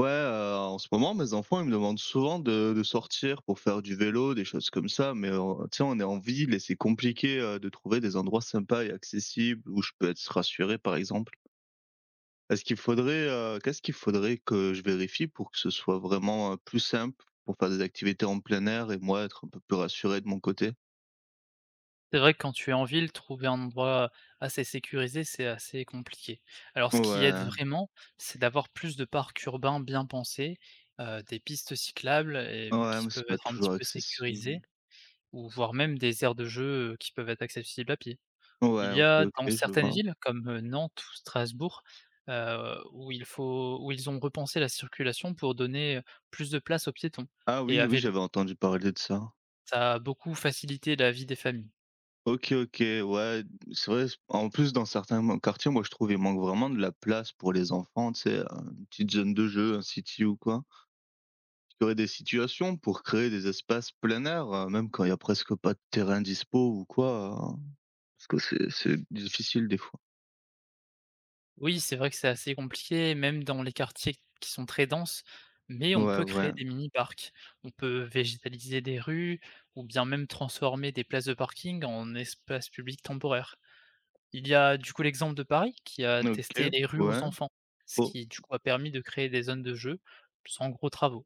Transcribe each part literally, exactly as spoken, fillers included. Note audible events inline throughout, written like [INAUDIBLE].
Ouais, heu, en ce moment, mes enfants, ils me demandent souvent de de sortir pour faire du vélo, des choses comme ça, mais on tu sais, on est en ville et c'est compliqué, heu, de trouver des endroits sympas et accessibles où je peux être rassuré, par exemple. Est-ce qu'il faudrait, heu, qu'est-ce qu'il faudrait que je vérifie pour que ce soit vraiment, heu, plus simple pour faire des activités en plein air et moi être un peu plus rassuré de mon côté? C'est vrai que quand tu es en ville, trouver un endroit assez sécurisé, c'est assez compliqué. Alors ce qui aide Ouais, vraiment, c'est d'avoir plus de parcs urbains bien pensés, heu, des pistes cyclables et ouais, qui mais c'est peuvent pas être un petit toujours peu accessible. sécurisées ou voire même des aires de jeu, heu, qui peuvent être accessibles à pied. Il Ouais, y OK, a OK, dans je le certaines vois. villes comme, heu, Nantes ou Strasbourg, heu, où il faut où ils ont repensé la circulation pour donner plus de place aux piétons Ah et à oui, oui, vélo. j'avais entendu parler de ça. Ça a beaucoup facilité la vie des familles. OK, OK, ouais, c'est vrai, s en plus dans certains m quartiers, moi je trouve, il manque vraiment de la place pour les enfants, tu sais, heu, une petite zone de jeu, un city ou quoi. Il y aurait des situations pour créer des espaces plein air, heu, même quand il y a presque pas de terrain dispo ou quoi, hein, parce que c'est c'est difficile des fois. Oui, c'est vrai que c'est assez compliqué, même dans les quartiers qui sont très denses, mais on Ouais, peut ouais. créer des mini-parcs. On peut végétaliser des rues ou bien même transformer des places de parking en espaces publics temporaires. Il y a du coup l'exemple de Paris qui a testé OK, les rues ouais. aux enfants, ce Oh, qui du coup a permis de créer des zones de jeu sans gros travaux.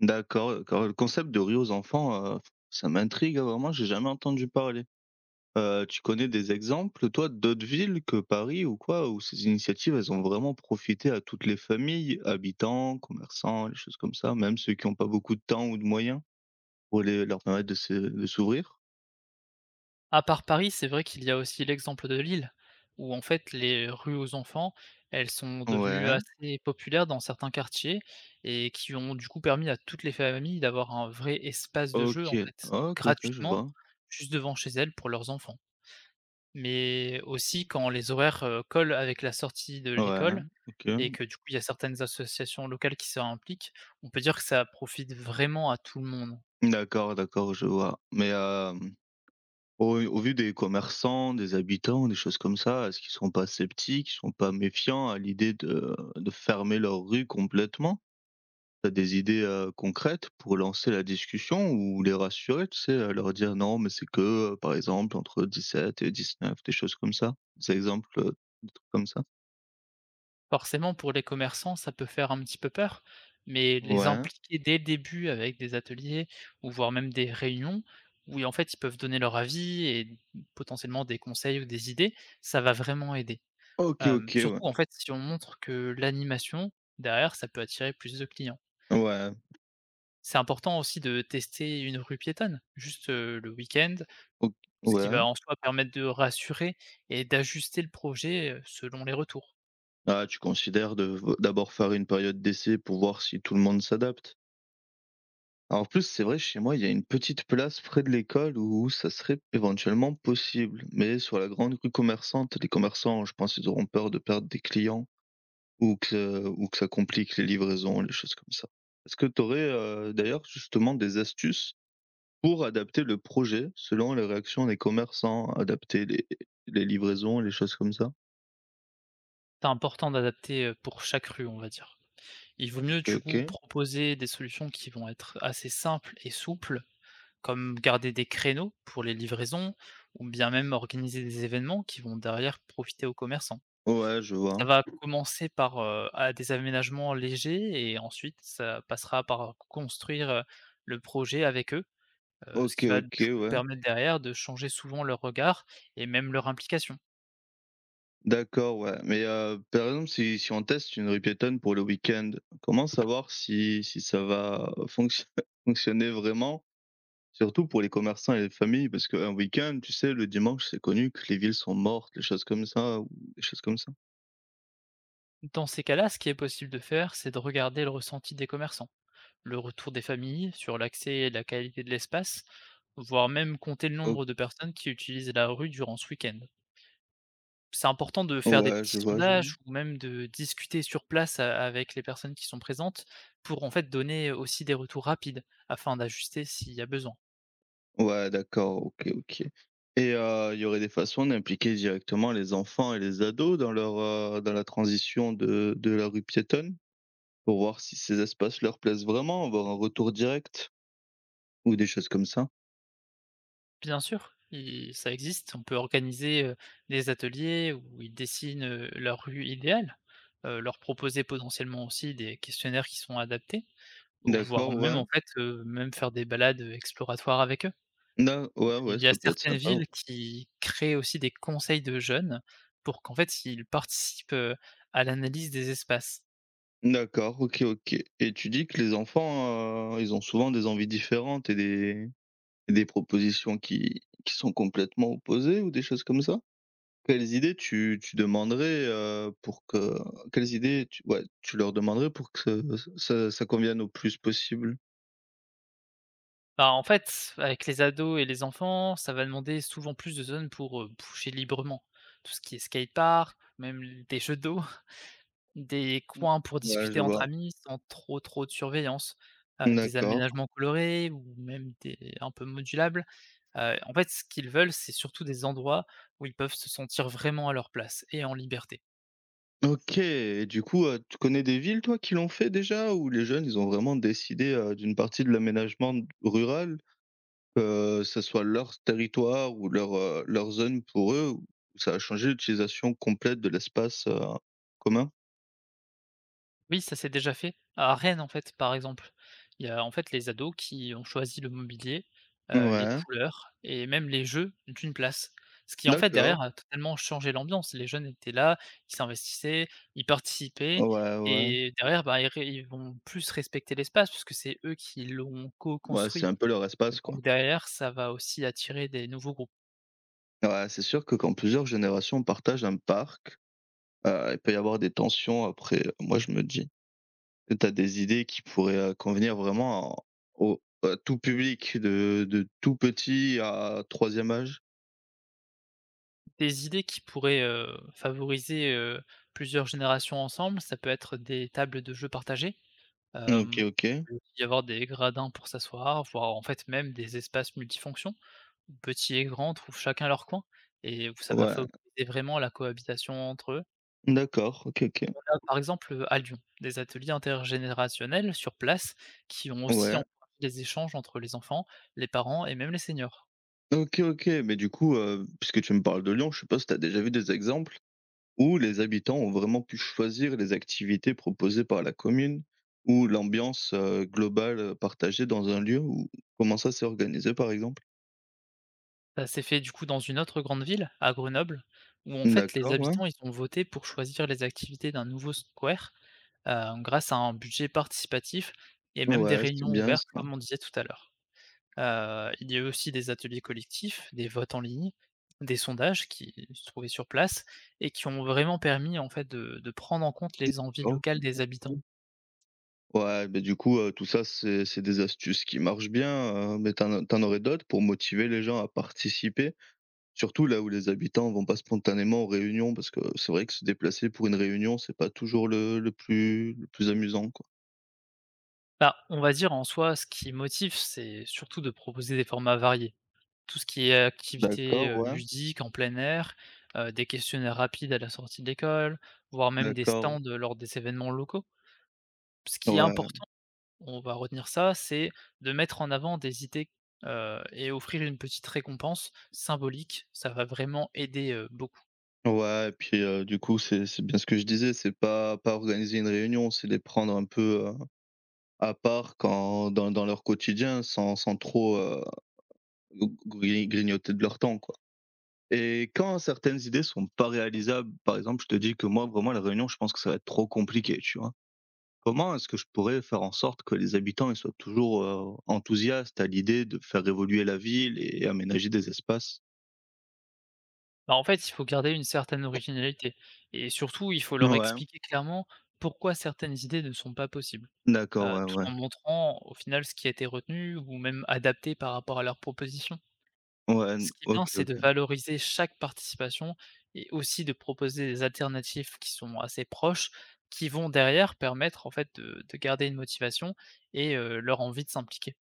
d'accord, d'accord. Le concept de rue aux enfants, heu, ça m'intrigue, hein, vraiment, j'ai jamais entendu parler. Heu, tu connais des exemples, toi, d'autres villes que Paris ou quoi, où ces initiatives, elles ont vraiment profité à toutes les familles, habitants, commerçants, les choses comme ça, même ceux qui n'ont pas beaucoup de temps ou de moyens pour les leur permettre de se de s'ouvrir? À part Paris, c'est vrai qu'il y a aussi l'exemple de Lille, où en fait les rues aux enfants, elles sont devenues Ouais, assez populaires dans certains quartiers et qui ont du coup permis à toutes les familles d'avoir un vrai espace de jeu, OK. en fait, OK, OK, je gratuitement, vois. juste devant chez elles pour leurs enfants. Mais aussi quand les horaires, heu, collent avec la sortie de Ouais, l'école OK. et que du coup il y a certaines associations locales qui s'impliquent, on peut dire que ça profite vraiment à tout le monde. D'accord, d'accord, je vois. Mais, hem, au au vu des commerçants, des habitants, des choses comme ça, est-ce qu'ils sont pas sceptiques, ils sont pas méfiants à l'idée de de fermer leur rue complètement? Tu des idées, heu, concrètes pour lancer la discussion ou les rassurer, tu sais, heu, leur dire: «Non, mais c'est que, heu, par exemple, entre dix-sept heures et dix-neuf heures», des choses comme ça? Des exemples, heu, des trucs comme ça? Forcément, pour les commerçants, ça peut faire un petit peu peur, mais les Ouais. impliquer dès le début avec des ateliers ou voire même des réunions où, en fait, ils peuvent donner leur avis et potentiellement des conseils ou des idées, ça va vraiment aider. OK, Hem, OK, Surtout, ouais. en fait, si on montre que l'animation, derrière, ça peut attirer plus de clients. Ouais. C'est important aussi de tester une rue piétonne, juste, heu, le week-end, OK, ce qui ouais. va en soi permettre de rassurer et d'ajuster le projet, heu, selon les retours. Ah, tu considères de d'abord faire une période d'essai pour voir si tout le monde s'adapte? Alors en plus, c'est vrai, chez moi, il y a une petite place près de l'école où ça serait éventuellement possible, mais sur la grande rue commerçante, les commerçants, je pense ils auront peur de perdre des clients. Ou que ou que ça complique les livraisons, les choses comme ça. Est-ce que tu aurais, euh, d'ailleurs justement des astuces pour adapter le projet selon les réactions des commerçants, adapter les les livraisons, les choses comme ça? C'est important d'adapter, heu, pour chaque rue, on va dire. Il vaut mieux OK, du coup OK. proposer des solutions qui vont être assez simples et souples, comme garder des créneaux pour les livraisons ou bien même organiser des événements qui vont derrière profiter aux commerçants. Ouais, je vois. Ça va commencer par, heu, à des aménagements légers et ensuite ça passera par construire, heu, le projet avec eux, heu, ce OK, qui va du OK, coup ouais. permettre derrière de changer souvent leur regard et même leur implication. D'accord, ouais, mais heu, par exemple, si si on teste une rue piétonne pour le week-end, comment savoir si si ça va fonctio [LAUGHS] fonctionner vraiment? Surtout pour les commerçants et les familles, parce qu'un week-end, tu sais, le dimanche, c'est connu que les villes sont mortes, les choses comme ça, ou des choses comme ça. Dans ces cas-là, ce qui est possible de faire, c'est de regarder le ressenti des commerçants, le retour des familles sur l'accès et la qualité de l'espace, voire même compter le O nombre de personnes qui utilisent la rue durant ce week-end. C'est important de faire des ouais, petits je vois, je vois. sondages ou même de discuter sur place a- avec les personnes qui sont présentes pour en fait donner aussi des retours rapides afin d'ajuster s'il y a besoin. Ouais, d'accord, OK, OK. Et heu, il y aurait des façons d'impliquer directement les enfants et les ados dans leur, heu, dans la transition de de la rue piétonne? Pour voir si ces espaces leur plaisent vraiment, avoir un retour direct ou des choses comme ça? Bien sûr, i ça existe. On peut organiser, heu, des ateliers où ils dessinent, heu, leur rue idéale, heu, leur proposer potentiellement aussi des questionnaires qui sont adaptés ou voire D'accord, même ouais. en fait, heu, même faire des balades exploratoires avec eux. Da ouais, ouais, Il y a ça peut être certaines sympa. Ouais. villes qui créent aussi des conseils de jeunes pour qu'en fait ils participent, heu, à l'analyse des espaces. D'accord, OK, OK. Et tu dis que les enfants, heu, ils ont souvent des envies différentes et des et des propositions qui qui sont complètement opposées ou des choses comme ça? Quelles idées tu tu demanderais, heu, pour que quelles idées tu ouais, tu leur demanderais pour que ça ça convienne au plus possible? Bah, en fait, avec les ados et les enfants, ça va demander souvent plus de zones pour, heu, bouger librement. Tout ce qui est skatepark, même des jeux d'eau. Des Mmh. coins pour Ouais, je discuter entre vois. amis sans trop, trop de surveillance, heu, des D'accord. aménagements colorés ou même des un peu modulables. Heu, en fait, ce qu'ils veulent, c'est surtout des endroits où ils peuvent se sentir vraiment à leur place et en liberté. OK et du coup, heu, tu connais des villes toi qui l'ont fait déjà? Où les jeunes, ils ont vraiment décidé, heu, d'une partie de l'aménagement rural? Que ça soit leur territoire ou leur, heu, leur zone pour eux ou ça a changé l'utilisation complète de l'espace, heu, commun? Oui, ça s'est déjà fait. À Rennes, en fait, par exemple, il y a en fait les ados qui ont choisi le mobilier, heu, les Ouais, couleurs et même les jeux d'une place. Ce qui en fait d'accord. derrière a totalement changé l'ambiance. Les jeunes étaient là, ils s'investissaient, ils participaient Ouais, ouais. et derrière, bah, ils ré ils vont plus respecter l'espace puisque c'est eux qui l'ont Ouais, c'est co-construit. un peu leur espace, quoi. Donc derrière, ça va aussi attirer des nouveaux groupes. Ouais, c'est sûr que quand plusieurs générations partagent un parc, heu, il peut y avoir des tensions après, euh, moi je me dis. Tu as des idées qui pourraient, heu, convenir vraiment en au à tout public de de tout petit à troisième âge? Des idées qui pourraient, heu, favoriser, heu, plusieurs générations ensemble, ça peut être des tables de jeux partagées. Hem, OK, OK. il peut aussi y avoir des gradins pour s'asseoir, voire en fait même des espaces multifonctions où petits et grands trouvent chacun leur coin et où ça va Ouais, favoriser vraiment la cohabitation entre eux. d'accord. OK, OK. On a par exemple, à Lyon, des ateliers intergénérationnels sur place qui ont aussi Ouais. encouragé les échanges entre les enfants, les parents et même les seniors. OK, OK, mais du coup, heu, puisque tu me parles de Lyon, je sais pas si tu as déjà vu des exemples où les habitants ont vraiment pu choisir les activités proposées par la commune ou l'ambiance, heu, globale, euh, partagée dans un lieu ou comment ça s'est organisé, par exemple? Ça s'est fait du coup dans une autre grande ville, à Grenoble, où en fait les D'accord, ouais. habitants ils ont voté pour choisir les activités d'un nouveau square heu, grâce à un budget participatif et même des Ouais, c'est réunions bien ouvertes ça. comme on disait tout à l'heure. Heu, il y a eu aussi des ateliers collectifs, des votes en ligne, des sondages qui se trouvaient sur place et qui ont vraiment permis en fait de de prendre en compte les envies D'accord. locales des habitants. Mmh. Ouais, mais du coup, heu, tout ça, c'est c'est des astuces qui marchent bien, heu, mais t'en en aurais d'autres pour motiver les gens à participer? Surtout là où les habitants vont pas spontanément aux réunions, parce que c'est vrai que se déplacer pour une réunion, c'est pas toujours le le plus le plus amusant, quoi. Bah, on va dire en soi ce qui motive, c'est surtout de proposer des formats variés. Tout ce qui est activités, D'accord, heu, ouais, ludiques en plein air, heu, des questionnaires rapides à la sortie de l'école, voire même des d'accord. stands lors des événements locaux. Ce qui est Ouais, important, on va retenir ça, c'est de mettre en avant des idées, heu et offrir une petite récompense symbolique. Ça va vraiment aider, heu, beaucoup. ouais et puis, heu, du coup, c'est c'est bien ce que je disais, c'est pas pas organiser une réunion, c'est les prendre un peu, heu, à part quand dans dans leur quotidien sans sans trop, heu, gri grignoter de leur temps, quoi et quand certaines idées sont pas réalisables, par exemple, je te dis que moi, vraiment, la réunion, je pense que ça va être trop compliqué, tu vois? Comment est-ce que je pourrais faire en sorte que les habitants ils soient toujours euh, enthousiastes à l'idée de faire évoluer la ville et aménager des espaces? Bah, en fait, il faut garder une certaine originalité et surtout, il faut leur Ouais, expliquer clairement pourquoi certaines idées ne sont pas possibles, d'accord, heu, ouais, tout ouais. en montrant, au final, ce qui a été retenu ou même adapté par rapport à leurs propositions. Ouais, n- Ce qui est bien, OK, c'est de OK. valoriser chaque participation et aussi de proposer des alternatives qui sont assez proches, qui vont derrière permettre en fait de de garder une motivation et heu, leur envie de s'impliquer.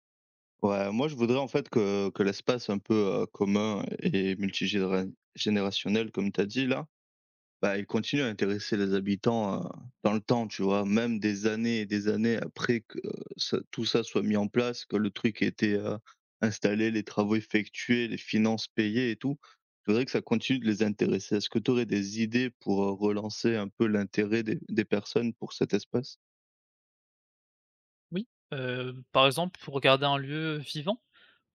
Ouais, moi je voudrais en fait que, que l'espace un peu euh, commun et multigénérationnel, comme tu as dit là, bah, il continue à intéresser les habitants, heu, dans le temps, tu vois? Même des années et des années après que euh, ça tout ça soit mis en place, que le truc ait été, heu, installé, les travaux effectués, les finances payées et tout. Je voudrais que ça continue de les intéresser. Est-ce que tu aurais des idées pour, heu, relancer un peu l'intérêt des des personnes pour cet espace? Oui, heu, par exemple, pour garder un lieu vivant,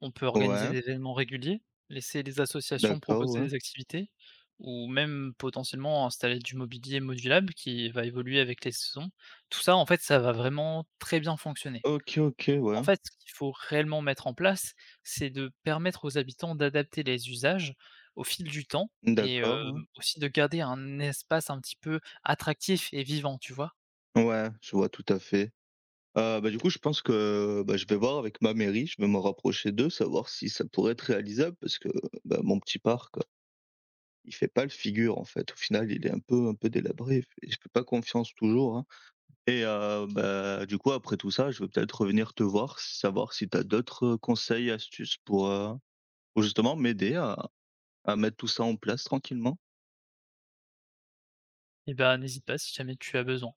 on peut organiser Ouais, des événements réguliers, laisser les associations d'accord, proposer ouais. des activités ou même potentiellement installer du mobilier modulable qui va évoluer avec les saisons. Tout ça, en fait, ça va vraiment très bien fonctionner. OK, OK, En ouais. fait, ce qu'il faut réellement mettre en place, c'est de permettre aux habitants d'adapter les usages au fil du temps et hem, D'accord, ouais. aussi de garder un espace un petit peu attractif et vivant, tu vois? Ouais, je vois tout à fait. Heu, bah, du coup, je pense que, bah, je vais voir avec ma mairie, je vais me rapprocher d'eux, savoir si ça pourrait être réalisable parce que, bah, mon petit parc, il fait pas le figure, en fait. Au final, il est un peu un peu délabré et je fais pas confiance toujours, hein et heu, bah, du coup, après tout ça, je vais peut-être revenir te voir, savoir si tu as d'autres, euh, conseils, astuces pour, heu, pour justement m'aider à à mettre tout ça en place tranquillement. Et ben, n'hésite pas si jamais tu as besoin.